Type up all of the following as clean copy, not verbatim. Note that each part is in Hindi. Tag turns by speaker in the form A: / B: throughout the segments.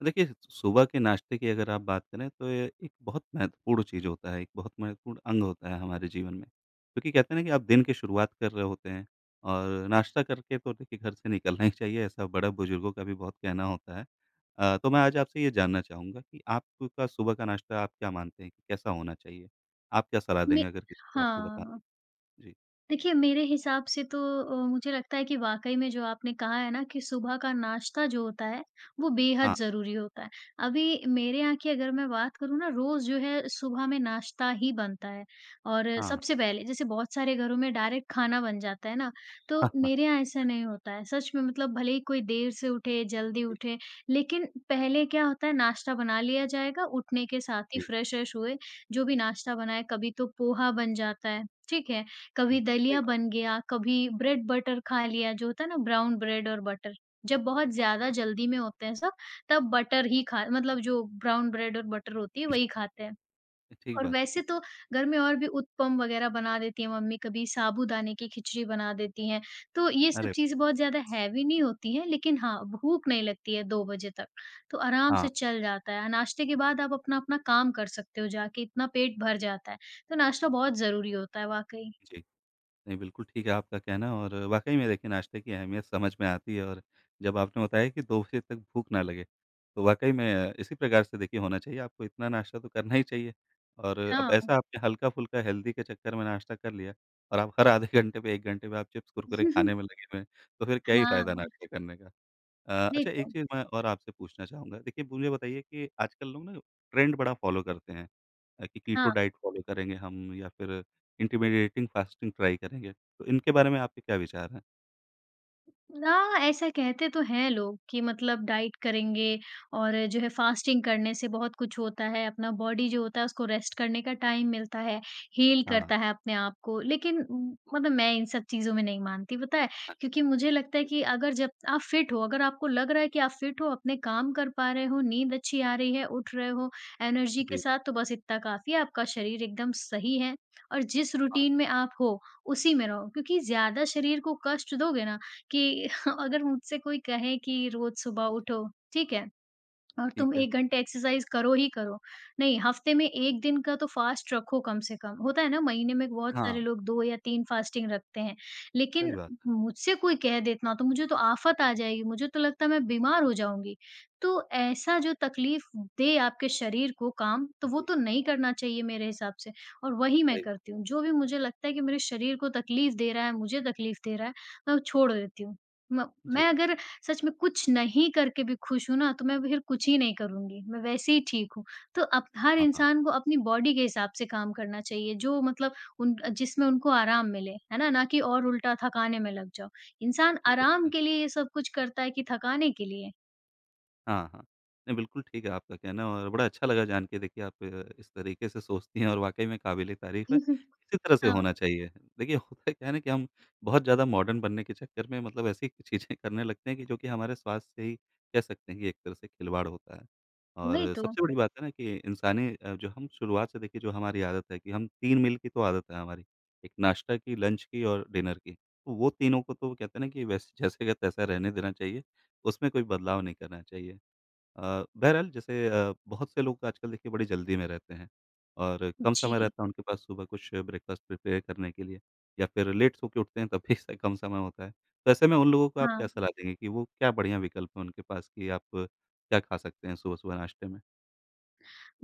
A: तो देखिए, सुबह के नाश्ते की अगर आप बात करें तो ये एक बहुत महत्वपूर्ण चीज़ होता है, एक बहुत महत्वपूर्ण अंग होता है हमारे जीवन में। क्योंकि कहते हैं ना कि आप दिन की शुरुआत कर रहे होते हैं और नाश्ता करके तो देखिए घर से निकलना ही चाहिए, ऐसा बड़ा बुजुर्गों का भी बहुत कहना होता है। तो मैं आज आपसे ये जानना चाहूँगा कि आपका सुबह का नाश्ता आप क्या मानते हैं कि कैसा होना चाहिए? आप क्या सलाह
B: में
A: देंगे अगर किसी को आपको बताना हो?
B: हाँ,
A: जी।
B: देखिए, मेरे हिसाब से तो मुझे लगता है कि वाक़ई में जो आपने कहा है ना कि सुबह का नाश्ता जो होता है, वो बेहद
A: हाँ,
B: ज़रूरी होता है। अभी मेरे यहाँ की अगर मैं बात करूँ ना, रोज़ जो है सुबह में नाश्ता ही बनता है और
A: हाँ, हाँ,
B: सबसे पहले जैसे बहुत सारे घरों में डायरेक्ट खाना बन जाता है ना, तो
A: हाँ, हाँ।
B: मेरे यहाँ ऐसा नहीं होता है। सच में मतलब भले ही कोई देर से उठे, जल्दी
A: जी,
B: उठे, लेकिन पहले क्या होता है नाश्ता बना लिया जाएगा, उठने के साथ ही
A: जी।
B: फ्रेश-व्रेश हुए, जो भी नाश्ता बनाए, कभी तो पोहा बन जाता है, ठीक है?
A: हुँ,
B: कभी
A: सही
B: दलिया
A: बात।
B: बन गया, कभी ब्रेड बटर खा लिया, जो होता है ना ब्राउन ब्रेड और बटर। जब बहुत ज़्यादा जल्दी में होते हैं सब, तब बटर ही खा मतलब जो ब्राउन ब्रेड और बटर होती है
A: जी,
B: वही खाते हैं।
A: ठीक
B: और
A: बात
B: वैसे
A: है।
B: तो घर में और भी उत्पम वगैरह बना देती हैं मम्मी, कभी साबूदाने की खिचड़ी बना देती हैं। तो ये सब
A: अरे!
B: चीज़ें बहुत ज़्यादा हैवी नहीं होती हैं, लेकिन हाँ, भूख नहीं लगती है 2 बजे तक, तो आराम
A: हाँ,
B: से चल जाता है। नाश्ते के बाद आप अपना-अपना काम कर सकते हो जाके, इतना पेट भर जाता है। तो नाश्ता बहुत ज़रूरी होता है वाक़ई।
A: जी। नहीं, बिल्कुल ठीक है आपका कहना और वाक़ई में देखिए नाश्ते की अहमियत समझ में आती है और जब आपने बताया कि 2 बजे तक भूख ना लगे, तो वाक़ई में इसी प्रकार से देखिए होना चाहिए, आपको इतना नाश्ता तो करना ही चाहिए। और
B: हाँ।
A: अब ऐसा आपने हल्का-फुल्का हेल्दी के चक्कर में नाश्ता कर लिया और आप हर आधे घंटे पे 1 घंटे पे आप चिप्स, कुरकुरे खाने में लगे हुए हैं, तो फिर क्या ही फ़ायदा
B: हाँ,
A: नाश्ता करने का।
B: नहीं
A: अच्छा एक
B: तो
A: चीज़ मैं और आपसे पूछना चाहूँगा। देखिए, मुझे बताइए कि आजकल लोग ना ट्रेंड बड़ा फ़ॉलो करते हैं कि कीटो
B: हाँ,
A: डाइट फ़ॉलो करेंगे हम या फिर इंटरमिडिएटिंग फ़ास्टिंग ट्राई करेंगे। तो इनके बारे में आपके क्या विचार हैं?
B: ना ऐसा कहते तो हैं लोग कि मतलब डाइट करेंगे और जो है फास्टिंग करने से बहुत कुछ होता है, अपना बॉडी जो होता है उसको रेस्ट करने का टाइम मिलता है, हील
A: हाँ,
B: करता है अपने आप को। लेकिन मतलब मैं इन सब चीज़ों में नहीं मानती पता है?
A: अच्छा,
B: क्योंकि मुझे लगता है कि अगर जब आप फिट हो, अगर आपको लग रहा है कि आप फिट हो, अपने काम कर पा रहे हो, नींद अच्छी आ रही है, उठ रहे हो एनर्जी के
A: जी,
B: साथ तो बस इतना काफ़ी है, आपका शरीर एकदम सही है और जिस
A: हाँ,
B: रूटीन में आप हो, उसी में रहो। क्योंकि ज़्यादा शरीर को कष्ट दोगे ना कि अगर मुझसे कोई कहे कि रोज़ सुबह उठो, ठीक है? और
A: ठीक
B: तुम
A: है।
B: 1 घंटे एक्सरसाइज़ करो ही करो। नहीं, हफ्ते में 1 दिन का तो फ़ास्ट रखो कम से कम। होता है ना महीने में बहुत
A: हाँ,
B: सारे लोग 2 या 3 फ़ास्टिंग रखते हैं। लेकिन
A: सही बात है।
B: मुझसे कोई कह दे इतना तो मुझे तो आफ़त आ जाएगी, मुझे तो लगता है मैं बीमार हो जाऊँगी। तो ऐसा जो तकलीफ़ दे आपके शरीर को काम, तो वो
A: जी,
B: तो नहीं करना चाहिए मेरे हिसाब से और वही मैं
A: सही
B: करती
A: बात
B: हूँ।
A: है।
B: जो भी मुझे लगता है कि मेरे शरीर को तकलीफ़ दे रहा है, मुझे तकलीफ़ दे रहा है, मैं वो छोड़ देती हूँ। म मैं
A: जी,
B: अगर सच में कुछ नहीं करके भी खुश हूँ ना, तो मैं फिर कुछ ही नहीं करूँगी, मैं वैसे ही ठीक हूँ। तो अप हर
A: हाँ, हाँ,
B: इंसान को अपनी बॉडी के हिसाब से काम करना चाहिए, जो मतलब उन जिसमें उनको आराम मिले, है ना? ना कि और उल्टा थकाने में लग जाओ। इंसान
A: ठीक बात
B: आराम
A: है।
B: के लिए ये सब कुछ करता है कि थकाने के लिए?
A: हाँ, हाँ। नहीं, बिल्कुल ठीक है आपका कहना और बड़ा अच्छा लगा जान के देखिए आप इस तरीके से सोचती हैं और वाक़ई में काबिल-ए-तारीफ़ है। इसी तरह से
B: हाँ,
A: होना चाहिए। देखिए होता क्या है ना कि हम बहुत ज़्यादा मॉडर्न बनने के चक्कर में मतलब ऐसी चीज़ें करने लगते हैं कि जो कि हमारे स्वास्थ्य से ही कह सकते हैं कि एक तरह से खिलवाड़ होता है।
B: वही
A: और
B: तो।
A: सबसे बड़ी बात है ना कि इंसानी जो हम शुरुआत से देखिए जो हमारी आदत है कि हम 3 मील की तो आदत है हमारी। एक नाश्ता की, लंच की और डिनर की। तो वो तीनों को तो कहते हैं ना कि वैसे जैसे का तैसा रहने देना चाहिए, उसमें कोई बदलाव नहीं करना चाहिए। बहरहाल जैसे बहुत से लोग आजकल देखिए बड़ी जल्दी में रहते हैं और कम
B: जी,
A: समय रहता है उनके पास सुबह कुछ ब्रेकफ़ास्ट प्रिपेयर करने के लिए या फिर लेट सो के उठते हैं तब भी स कम समय होता है। तो ऐसे में उन लोगों को आप क्या
B: हाँ।
A: सलाह देंगे कि वो क्या बढ़िया विकल्प है उनके पास कि आप क्या खा सकते हैं सुबह-सुबह नाश्ते में?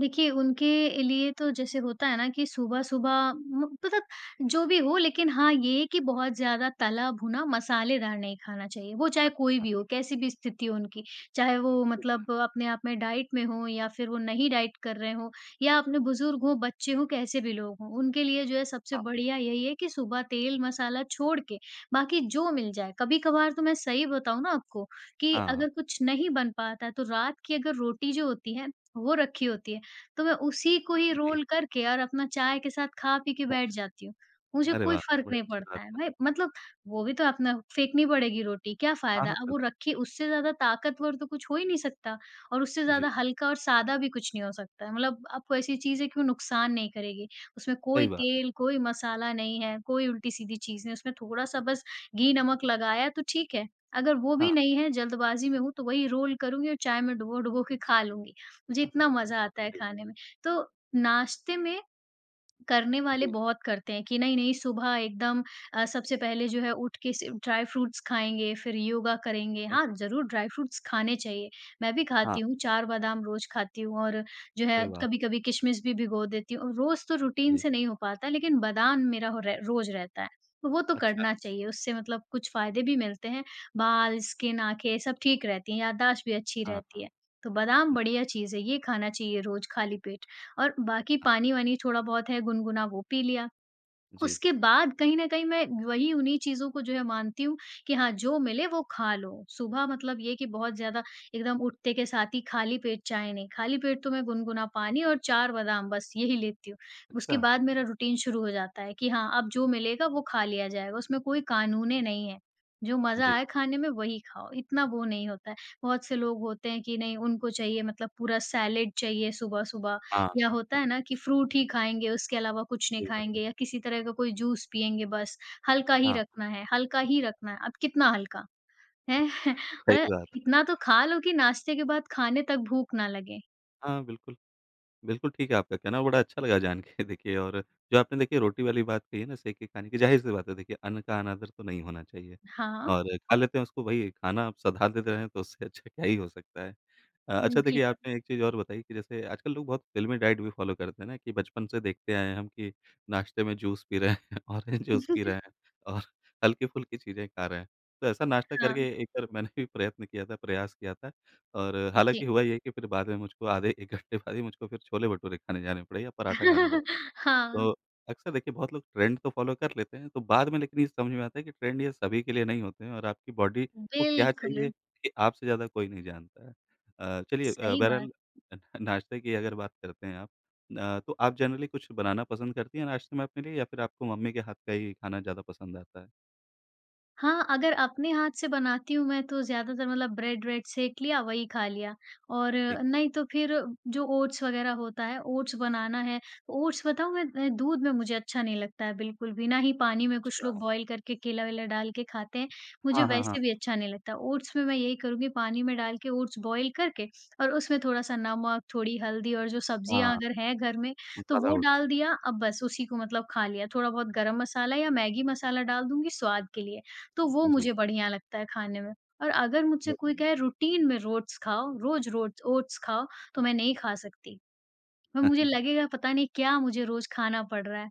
B: देखिए, उनके लिए तो जैसे होता है ना कि सुबह-सुबह म मतलब जो भी हो लेकिन हाँ, ये है कि बहुत ज़्यादा तला-भुना मसालेदार नहीं खाना चाहिए। वो चाहे कोई
A: अच्छा,
B: भी हो, कैसी भी स्थिति हो उनकी। चाहे वो
A: ठीक है।
B: मतलब अपने आप में डाइट में हो या फिर वो नहीं डाइट कर रहे हों या अपने बुज़ुर्ग हों, बच्चे हों, कैसे भी लोग हों। उनके लिए जो है सबसे
A: हाँ,
B: बढ़िया यही है कि सुबह तेल मसाला छोड़ के बाकी जो मिल जाए। कभी-कभार तो मैं सही बताऊँ ना आपको कि
A: हाँ,
B: अगर कुछ नहीं बन पाता है तो रात की अगर रोटी जो होती है, वो रखी होती है। तो मैं उसी को ही
A: जी।
B: रोल करके और अपना चाय के साथ खा पी के बैठ
A: अच्छा,
B: जाती हूँ। मुझे
A: अरे
B: कोई
A: वाह!
B: फ़र्क
A: बड़ी
B: नहीं
A: अच्छी
B: पड़ता
A: बात
B: है।
A: है।
B: भाई मतलब वो भी तो अपना फेंकनी पड़ेगी रोटी, क्या
A: हाँ,
B: फ़ायदा?
A: हाँ,
B: अब वो
A: बिल्कुल।
B: रखी उससे ज़्यादा ताकतवर तो कुछ हो ही नहीं सकता और उससे ज़्यादा
A: जी,
B: हल्का और सादा भी कुछ नहीं हो सकता है। मतलब आपको ऐसी चीज़ें क्यों नुकसान नहीं करेगी? उसमें कोई
A: सही बात है।
B: तेल, कोई मसाला नहीं है, कोई उल्टी-सीधी चीज़ नहीं, उसमें थोड़ा-सा बस घी, नमक लगाया तो ठीक है। अगर वो
A: हाँ,
B: भी नहीं है, जल्दबाज़ी में हूँ, तो वही रोल करूँगी और चाय में डुबो-डुबो के खा लूँगी। मुझे
A: हाँ, हाँ,
B: इतना मज़ा आता है
A: जी,
B: खाने में। तो नाश्ते में करने वाले
A: जी,
B: बहुत करते हैं कि नहीं-नहीं सुबह एकदम सबसे पहले जो है उठ के सिर्फ ड्राई फ्रूट्स खाएँगे, फिर योगा करेंगे।
A: ठीक है।
B: हाँ, ज़रूर ड्राई फ्रूट्स खाने चाहिए। मैं भी
A: हाँ,
B: खाती हूँ, 4 बादाम रोज़ खाती हूँ और जो है
A: अरे वाह!
B: कभी-कभी किशमिश भी भिगो देती हूँ। रोज़ तो रूटीन
A: जी,
B: से नहीं हो पाता लेकिन बादाम मेरा हो रे रोज़ रहता है। तो वो तो
A: अच्छा।
B: करना चाहिए, उससे मतलब कुछ फ़ायदे भी मिलते हैं। बाल, स्किन, आँखें सब ठीक रहती हैं, याददाश्त भी अच्छी
A: हाँ,
B: रहती
A: हाँ,
B: है। तो बादाम
A: जी,
B: बढ़िया चीज़ है, ये खाना चाहिए रोज़ खाली पेट। और बाकी
A: हाँ,
B: पानी-वानी थोड़ा-बहुत है गुनगुना वो पी लिया।
A: जी,
B: उसके बाद कहीं न कहीं मैं वही उन्हीं चीज़ों को जो है मानती हूँ कि हाँ, जो मिले वो खा लो। सुबह मतलब ये कि बहुत ज़्यादा एकदम उठते के साथ ही खाली पेट चाय नहीं, खाली पेट तो मैं गुनगुना पानी और 4 बादाम बस यही लेती हूँ। उसके
A: अच्छा,
B: बाद मेरा रूटीन शुरू हो जाता है कि हाँ, अब जो मिलेगा वो खा लिया जाएगा, उसमें कोई कानूने नहीं है। जो मज़ा
A: जी।
B: आए खाने में वही खाओ, इतना वो नहीं होता है। बहुत से लोग होते हैं कि नहीं उनको चाहिए मतलब पूरा सैलेड चाहिए सुबह-सुबह
A: हाँ,
B: या होता है ना कि फ्रूट ही खाएँगे, उसके अलावा कुछ नहीं
A: सही बात
B: खाएँगे
A: है।
B: या किसी तरह का कोई जूस पिएँगे बस, हल्का ही
A: हाँ,
B: रखना है, हल्का ही रखना है। अब कितना हल्का, हैं?
A: सही
B: अरे,
A: बात।
B: इतना तो खा लो कि नाश्ते के बाद खाने तक भूख ना लगे।
A: हाँ, बिल्कुल, बिल्कुल ठीक है आपका कहना, बड़ा अच्छा लगा जान के देखिए और जो आपने देखिए रोटी वाली बात कही है ना, सेक के खाने की, ज़ाहिर-सी बात है देखिए अन्न का अनादर तो नहीं होना चाहिए
B: हाँ,
A: और खा लेते हैं उसको वही खाना आप सधा देते रहें तो उससे अच्छा क्या ही हो सकता है।
B: हुँ।
A: अच्छा देखिए
B: बिल्कुल।
A: आपने एक चीज़ और बताई कि जैसे आजकल लोग बहुत फ़िल्मी डाइट भी फ़ॉलो करते हैं ना कि बचपन से देखते आए हैं हम कि नाश्ते में जूस पी रहे हैं, ऑरेंज जूस पी रहे हैं और हल्की-फुल्की चीज़ें खा रहे हैं। तो ऐसा नाश्ता
B: हाँ,
A: करके एक बार मैंने भी प्रयत्न किया था, प्रयास किया था और
B: जी।
A: हालाँकि हुआ ये है कि फिर बाद में मुझको आधे 1 घंटे बाद ही मुझको फिर छोले-भटूरे खाने जाने पड़े या पराठा खाना पड़ा।
B: हाँ,
A: तो अक्सर देखिए बहुत लोग ट्रेंड तो फ़ॉलो कर लेते हैं, तो बाद में लेकिन ये समझ में आता है कि ट्रेंड ये सभी के लिए नहीं होते हैं और आपकी बॉडी को क्या
B: बिल्कुल,
A: चाहिए ये आपसे ज़्यादा कोई नहीं जानता है। चलिए
B: सही बात।
A: बहरहाल नाश्ते की अगर बात करते हैं आप तो आप जनरली कुछ बनाना पसंद करती हैं नाश्ते में अपने लिए या फिर आपको मम्मी के हाथ का ही खाना ज़्यादा पसंद आता है?
B: हाँ, अगर अपने हाथ से बनाती हूँ मैं तो ज़्यादातर मतलब ब्रेड-व्रेड सेंक लिया वही खा लिया और
A: ठीक है।
B: नहीं तो फिर जो ओट्स वग़ैरह होता है, ओट्स बनाना है, तो ओट्स बताऊँ मैं दूध में मुझे अच्छा नहीं लगता है बिल्कुल भी, ना ही पानी में कुछ
A: अच्छा।
B: लोग बॉयल करके केला-वेला डाल के खाते हैं, मुझे
A: हाँ, हाँ, हाँ।
B: वैसे भी अच्छा नहीं लगता। ओट्स में मैं यही करूँगी पानी में डाल के ओट्स बॉयल करके और उसमें थोड़ा-सा नमक, थोड़ी हल्दी और जो सब्जियाँ
A: हाँ,
B: अगर हैं घर में तो
A: मसाला
B: वो
A: ओट्स।
B: डाल दिया, अब बस उसी को मतलब खा लिया। थोड़ा बहुत गरम मसाला या मैगी मसाला डाल दूँगी स्वाद के लिए। तो वो
A: जी,
B: मुझे बढ़िया लगता है खाने में। और अगर मुझसे
A: बहुत
B: कोई
A: बढ़िया।
B: कहे रूटीन में रोट्स खाओ, रोज़ रोट्स ओट्स खाओ, तो मैं नहीं खा सकती। और मुझे
A: जी।
B: लगेगा पता नहीं क्या मुझे रोज़ खाना पड़ रहा है।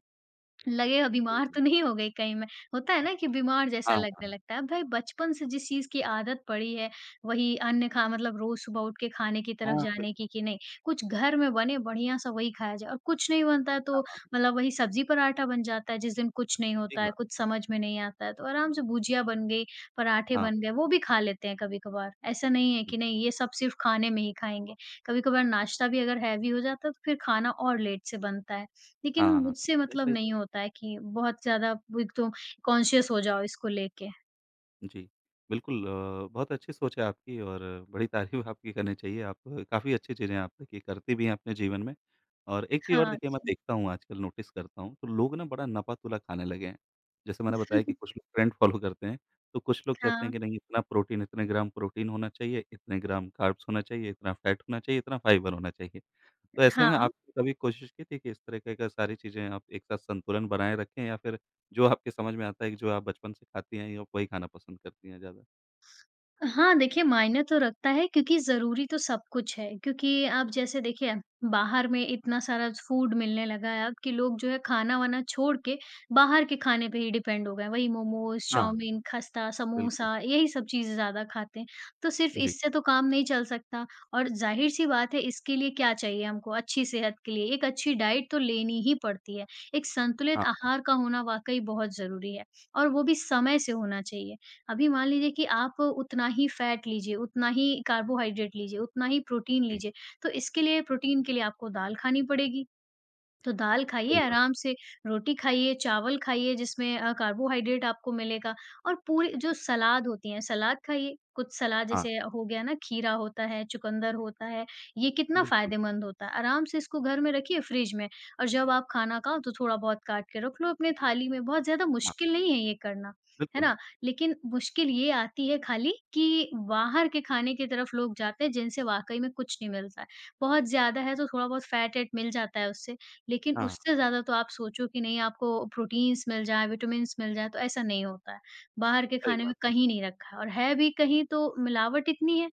B: लगेगा बीमार
A: बिल्कुल।
B: तो नहीं हो गई कहीं मैं, होता है ना कि बीमार जैसा
A: हाँ,
B: लगने
A: हाँ,
B: लगता है। भाई बचपन से जिस चीज़ की आदत पड़ी है, वही अन्य खा मतलब रोज़ सुबह उठ के खाने की तरफ
A: हाँ, बिल्कुल,
B: जाने की कि नहीं, कुछ घर में बने बढ़िया-सा वही खाया जाए और कुछ नहीं बनता है
A: हाँ,
B: तो
A: हाँ,
B: मतलब वही सब्ज़ी पराठा बन जाता है, जिस दिन कुछ नहीं होता
A: ठीक
B: है,
A: बात।
B: कुछ समझ में नहीं आता है, तो आराम से भुजिया बन गई, पराठे
A: हाँ,
B: बन गए, वो भी खा लेते हैं कभी-कभार। ऐसा नहीं है कि नहीं ये सब सिर्फ़ खाने में ही खाएँगे। कभी-कभार नाश्ता भी अगर हैवी हो जाता है तो फिर खाना और लेट से बनता है।
A: हाँ,
B: लेकिन
A: हाँ, हाँ,
B: मुझसे मतलब
A: ऐसा
B: नहीं होता है कि बहुत ज़्यादा वो एक तो कॉन्शियस हो जाओ इसको लेके।
A: जी। बिल्कुल बहुत अच्छी सोच है आपकी और बड़ी तारीफ़ आपकी करनी चाहिए। आप काफ़ी अच्छी चीज़ें आप देखिए करती भी हैं अपने जीवन में। और एक चीज़ और
B: हाँ
A: देखिए मैं
B: जी।
A: देखता हूँ आजकल नोटिस करता हूँ, तो लोग ना बड़ा नपा-तुला खाने लगे हैं। जैसे मैंने बताया कि कुछ लोग ट्रेंड फ़ॉलो करते हैं, तो कुछ लोग कहते
B: हाँ,
A: हैं कि नहीं इतना प्रोटीन, इतने ग्राम प्रोटीन होना चाहिए, इतने ग्राम कार्ब्स होना चाहिए, इतना फैट होना चाहिए, इतना फाइबर होना चाहिए। तो ऐसे में
B: हाँ।
A: आपने कभी कोशिश की थी कि इस तरीके का सारी चीज़ें आप एक साथ संतुलन बनाए रखें या फिर जो आपके समझ में आता है कि जो आप बचपन से खाती आई हैं, आप वही खाना पसंद करती हैं ज़्यादा।
B: हाँ, देखिए मायने तो रखता है क्योंकि ज़रूरी तो सब कुछ है, क्योंकि आप जैसे देखिए बाहर में इतना सारा फूड मिलने लगा है अब कि लोग जो है खाना-वाना छोड़ के बाहर के खाने पे ही डिपेंड हो गए हैं। वही मोमोज़,
A: हाँ,
B: चाउमीन, खस्ता,
A: बिल्कुल।
B: समोसा यही सब चीज़ें ज़्यादा खाते हैं। तो सिर्फ़
A: जी,
B: इससे तो काम नहीं चल सकता और ज़ाहिर-सी बात है इसके लिए क्या चाहिए हमको अच्छी सेहत के लिए एक अच्छी डाइट तो लेनी ही पड़ती है। एक संतुलित
A: हाँ,
B: आहार का होना वाक़ई बहुत ज़रूरी है और वो भी समय से होना चाहिए। अभी मान लीजिए कि आप उतना ही फैट लीजिए, उतना ही कार्बोहाइड्रेट लीजिए, उतना ही प्रोटीन
A: जी,
B: लीजिए, तो इसके लिए प्रोटीन के लिए आपको दाल खानी पड़ेगी। तो दाल खाइए
A: सही बात।
B: आराम से, रोटी खाइए, चावल खाइए जिसमें कार्बोहाइड्रेट आपको मिलेगा और पूरी जो सलाद होती हैं, सलाद खाइए। कुछ सलाद
A: हाँ,
B: जैसे हो गया ना खीरा होता है, चुकंदर होता है, ये कितना
A: बिल्कुल,
B: फ़ायदेमंद होता है। आराम से इसको घर में रखिए फ्रिज में और जब आप खाना खाओ तो थोड़ा बहुत काट के रख लो अपने थाली में, बहुत ज़्यादा
A: हाँ,
B: मुश्किल नहीं है ये करना, है
A: बिल्कुल,
B: ना? लेकिन मुश्किल ये आती है खाली कि बाहर के खाने की तरफ लोग जाते हैं जिनसे वाक़ई में कुछ नहीं मिलता है। बहुत ज़्यादा है तो थोड़ा बहुत फैट-वैट मिल जाता है उससे, लेकिन
A: हाँ,
B: उससे ज़्यादा तो आप सोचो कि नहीं आपको प्रोटीन्स मिल जाएँ, विटामिन्स मिल जाएँ, तो ऐसा नहीं होता है। बाहर के
A: सही
B: खाने में
A: बात है।
B: कहीं नहीं रखा है और है भी कहीं तो मिलावट इतनी है,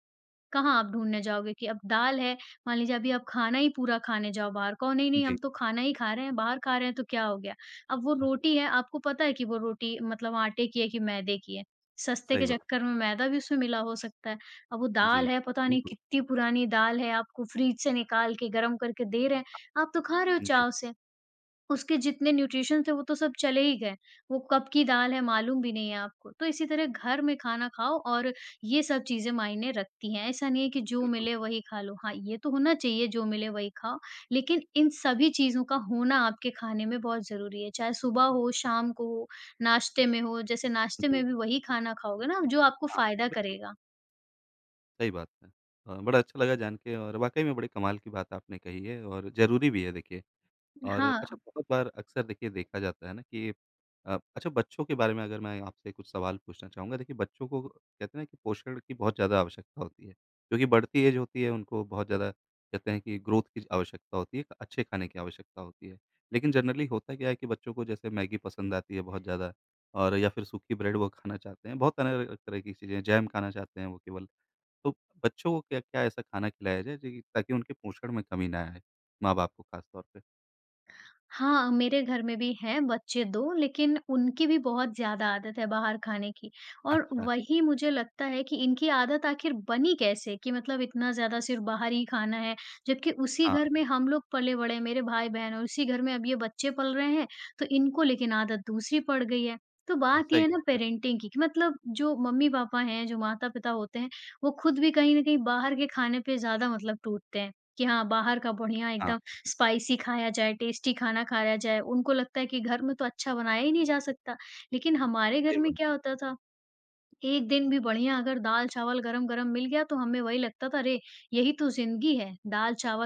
B: कहाँ आप ढूँढने जाओगे कि अब दाल है, मान लीजिए अभी आप खाना ही पूरा खाने जाओ बाहर, कहो नहीं-नहीं हम
A: जी,
B: तो खाना ही खा रहे हैं, बाहर खा रहे हैं तो क्या हो गया? अब वो
A: हाँ,
B: रोटी है, आपको पता है कि वो रोटी मतलब आटे की है कि मैदे की है। सस्ते के
A: सही बात है।
B: चक्कर में मैदा भी उसमें मिला हो सकता है। अब वो दाल
A: जी,
B: है, पता नहीं
A: बिल्कुल,
B: कितनी पुरानी दाल है, आपको फ्रिज से निकाल के गरम करके दे रहे हैं, आप तो खा रहे हो
A: जी,
B: चाव से। उसके जितने न्यूट्रिशंस थे वो तो सब चले ही गए। वो कब की दाल है मालूम भी नहीं है आपको। तो इसी तरह घर में खाना खाओ और ये सब चीज़ें मायने रखती हैं। ऐसा नहीं है कि जो
A: बिल्कुल,
B: मिले वही खा लो। हाँ, ये तो होना चाहिए जो मिले वही खाओ, लेकिन इन सभी चीज़ों का होना आपके खाने में बहुत ज़रूरी है। चाहे सुबह हो, शाम को हो, नाश्ते में हो, जैसे नाश्ते में
A: जी,
B: भी वही खाना खाओगे ना जो आपको
A: हाँ,
B: फ़ायदा
A: बिल्कुल,
B: करेगा।
A: सही बात है। बड़ा अच्छा लगा जान के और वाक़ई में बड़े कमाल की बात आपने कही है और ज़रूरी भी है देखिए। और अच्छा
B: हाँ।
A: बहुत बार अक्सर देखिए देखा जाता है ना कि अच्छा बच्चों के बारे में अगर मैं आपसे कुछ सवाल पूछना चाहूँगा। देखिए बच्चों को कहते हैं ना कि पोषण की बहुत ज़्यादा आवश्यकता होती है, क्योंकि बढ़ती एज होती है उनको बहुत ज़्यादा कहते हैं कि ग्रोथ की आवश्यकता होती है, अच्छे खाने की आवश्यकता होती है। लेकिन जनरली होता क्या है कि बच्चों को जैसे मैगी पसंद आती है बहुत ज़्यादा और या फिर सूखी ब्रेड वो खाना चाहते हैं, बहुत तरह तरह की चीज़ें जैम खाना चाहते हैं वो केवल। तो बच्चों को क्या क्या ऐसा खाना खिलाया जाए जी ताकि उनके पोषण में कमी ना आए, माँ-बाप को खास तौर पे?
B: हाँ, मेरे घर में भी हैं बच्चे 2 लेकिन उनकी भी बहुत ज़्यादा आदत है बाहर खाने की और
A: अच्छा।
B: वही मुझे लगता है कि इनकी आदत आखिर बनी कैसे कि मतलब इतना ज़्यादा सिर्फ़ बाहर ही खाना है, जबकि उसी
A: हाँ,
B: घर में हम लोग पले-बड़े हैं, मेरे भाई-बहन और उसी घर में अब ये बच्चे पल रहे हैं, तो इनको लेकिन आदत दूसरी पड़ गई है। तो बात ये
A: सही
B: है ना
A: बात है।
B: पेरेंटिंग की कि मतलब जो मम्मी-पापा हैं, जो माता-पिता होते हैं, वो खुद भी कहीं न कहीं बाहर के खाने पे ज़्यादा मतलब टूटते हैं कि हाँ, बाहर का बढ़िया
A: हाँ,
B: एकदम स्पाइसी खाया जाए, टेस्टी खाना खाया जाए, उनको लगता है कि घर में तो अच्छा बनाया ही नहीं जा सकता। लेकिन हमारे घर
A: सही
B: में
A: बात
B: क्या
A: है।
B: होता था एक दिन भी बढ़िया अगर दाल-चावल गरम-गरम मिल गया तो हमें वही लगता था अरे! यही तो ज़िंदगी है,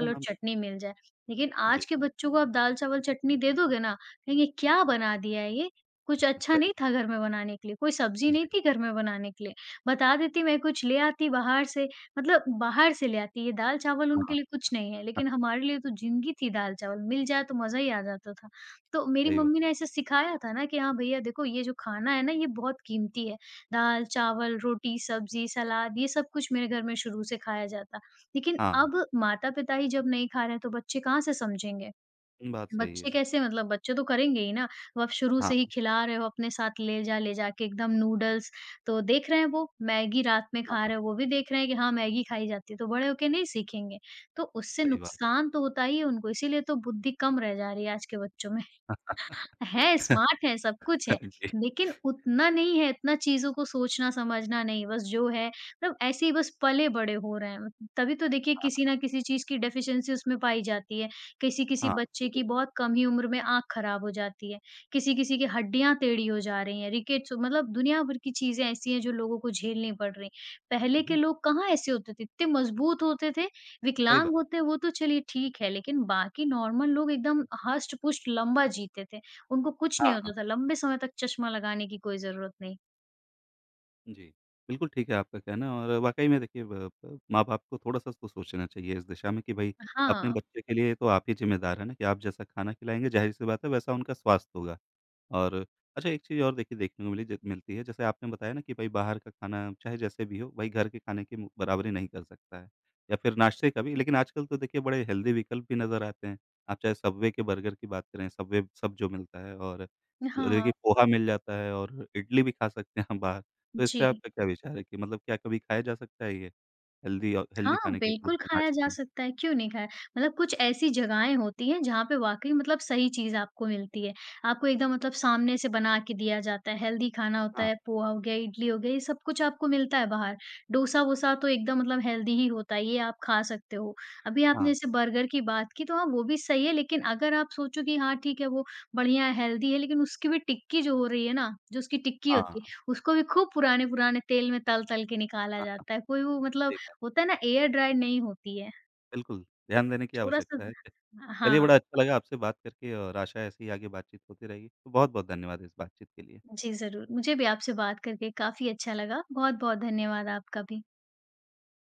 A: हाँ,
B: और
A: हाँ,
B: चटनी
A: बिल्कुल।
B: मिल जाए। लेकिन आज
A: जी,
B: के बच्चों को आप दाल-चावल चटनी दे दोगे ना, कहेंगे क्या बना दिया है ये? कुछ अच्छा
A: सही
B: नहीं
A: बात।
B: था घर में बनाने के लिए, कोई सब्ज़ी
A: जी,
B: नहीं थी घर में बनाने के लिए। बता देती मैं कुछ ले आती बाहर से, मतलब बाहर से ले आती, ये दाल-चावल
A: हाँ,
B: उनके लिए कुछ नहीं है, लेकिन
A: हाँ,
B: हमारे लिए तो ज़िंदगी थी दाल-चावल, मिल जाए तो मज़ा ही आ जाता था। तो मेरी
A: सही बात।
B: मम्मी ने ऐसे सिखाया था ना कि हाँ भैया देखो ये जो खाना है ना ये बहुत कीमती है। दाल, चावल, रोटी, सब्जी, सलाद, ये सब कुछ मेरे घर में शुरू से खाया जाता। लेकिन
A: हाँ,
B: अब माता-पिता ही जब नहीं खा रहे हैं, तो बच्चे कहाँ से समझेंगे?
A: बात सही
B: बच्चे
A: है।
B: कैसे मतलब बच्चे तो करेंगे ही ना। वो आप शुरू से ही
A: हाँ,
B: खिला रहे हो अपने साथ ले जा, ले जाके एकदम नूडल्स तो देख रहे हैं वो, मैगी रात में
A: हाँ,
B: खा
A: हाँ,
B: रहे हो, वो भी देख रहे हैं कि हाँ, मैगी खाई जाती है, तो बड़े होके नहीं सीखेंगे। तो उससे
A: सही बात।
B: नुकसान तो होता ही है उनको, इसीलिए तो बुद्धि कम रह जा रही है आज के बच्चों में। है, स्मार्ट है, सब कुछ है,
A: जी,
B: लेकिन उतना नहीं है, इतना चीज़ों को सोचना समझना नहीं, बस जो है मतलब ऐसे ही बस पले-बड़े हो रहे हैं। तभी तो देखिए किसी ना किसी चीज़ की डेफ़िशिएंसी उसमें पाई जाती है। किसी-किसी
A: हाँ,
B: बच्चे की
A: बिल्कुल।
B: बहुत कम ही उम्र में आँख खराब हो जाती है, किसी-किसी की हड्डियाँ टेढ़ी हो जा रही हैं, रिकेट्स मतलब दुनिया भर की चीज़ें ऐसी हैं जो लोगों को झेलनी पड़ रही। पहले के
A: जी,
B: लोग कहाँ ऐसे होते थे, इतने मज़बूत होते थे,
A: सही
B: विकलांग
A: बात।
B: होते वो तो चलिए ठीक है, लेकिन बाकी नॉर्मल लोग एकदम हष्ट-पुष्ट लंबा जीते थे। उनको कुछ नहीं
A: हाँ।
B: होता था, लंबे समय तक चश्मा लगाने की कोई ज़रूरत नहीं।
A: जी। बिल्कुल ठीक है आपका कहना और वाक़ई में देखिए ब ब माँ-बाप को थोड़ा-सा तो सोचना चाहिए इस दिशा में कि भई अपने
B: हाँ,
A: बच्चे के लिए तो आप ही ज़िम्मेदार हैं ना कि आप जैसा खाना खिलाएँगे ज़ाहिर-सी बात है वैसा उनका स्वास्थ्य होगा। और अच्छा एक चीज़ और देखिए देखने को मिली ज मिलती है जैसे आपने बताया ना कि भई बाहर का खाना चाहे जैसे भी हो भई घर के खाने की मु बराबरी नहीं कर सकता है या फिर नाश्ते का भी लेकिन आजकल तो देखिए बड़े हेल्दी विकल्प भी नज़र आते हैं। आप चाहे सबवे के बर्गर की बात करें, सबवे सब जो मिलता है और
B: हाँ।
A: देखिए पोहा मिल जाता है और इडली भी खा सकते हैं हम बाहर। तो इस
B: जी।
A: पे आपका क्या विचार है कि मतलब क्या कभी खाया जा सकता है ये? हेल्दी औ
B: हाँ,
A: हेल्दी खाने के रूप
B: बिल्कुल
A: में
B: खाया जा
A: नाश्ते में?
B: सकता है, क्यों नहीं खाया? मतलब कुछ ऐसी जगहें होती हैं जहाँ पे वाक़ई मतलब सही चीज़ आपको मिलती है। आपको एकदम मतलब सामने से बना के दिया जाता है, हेल्दी खाना होता
A: हाँ,
B: है, पोहा हो गया, इडली हो गई, ये सब कुछ आपको मिलता है बाहर। डोसा-वोसा तो एकदम मतलब हेल्दी ही होता है, ये आप खा सकते हो। अभी आपने
A: हाँ,
B: जैसे बर्गर की बात की तो हाँ, वो भी सही है लेकिन अगर आप सोचो कि हाँ, ठीक है वो बढ़िया है, हेल्दी है लेकिन उसकी भी टिक्की जो हो रही है ना, जो उसकी टिक्की
A: हाँ,
B: होती है,
A: हाँ,
B: उसको भी खूब पुराने-पुराने तेल में तल-तल के निकाला
A: हाँ, हाँ,
B: जाता है। कोई वो मतलब
A: सही बात।
B: होता है ना एयर ड्राई नहीं होती है,
A: बिल्कुल, ध्यान देने की
B: थोड़ा-सा
A: आवश्यकता है। चलिए
B: हाँ,
A: बड़ा अच्छा लगा आपसे बात करके और आशा है ऐसे ही आगे बातचीत होती रहेगी। तो बहुत-बहुत धन्यवाद इस बातचीत के लिए।
B: जी ज़रूर। मुझे भी आपसे बात करके काफ़ी अच्छा लगा। बहुत-बहुत धन्यवाद आपका भी।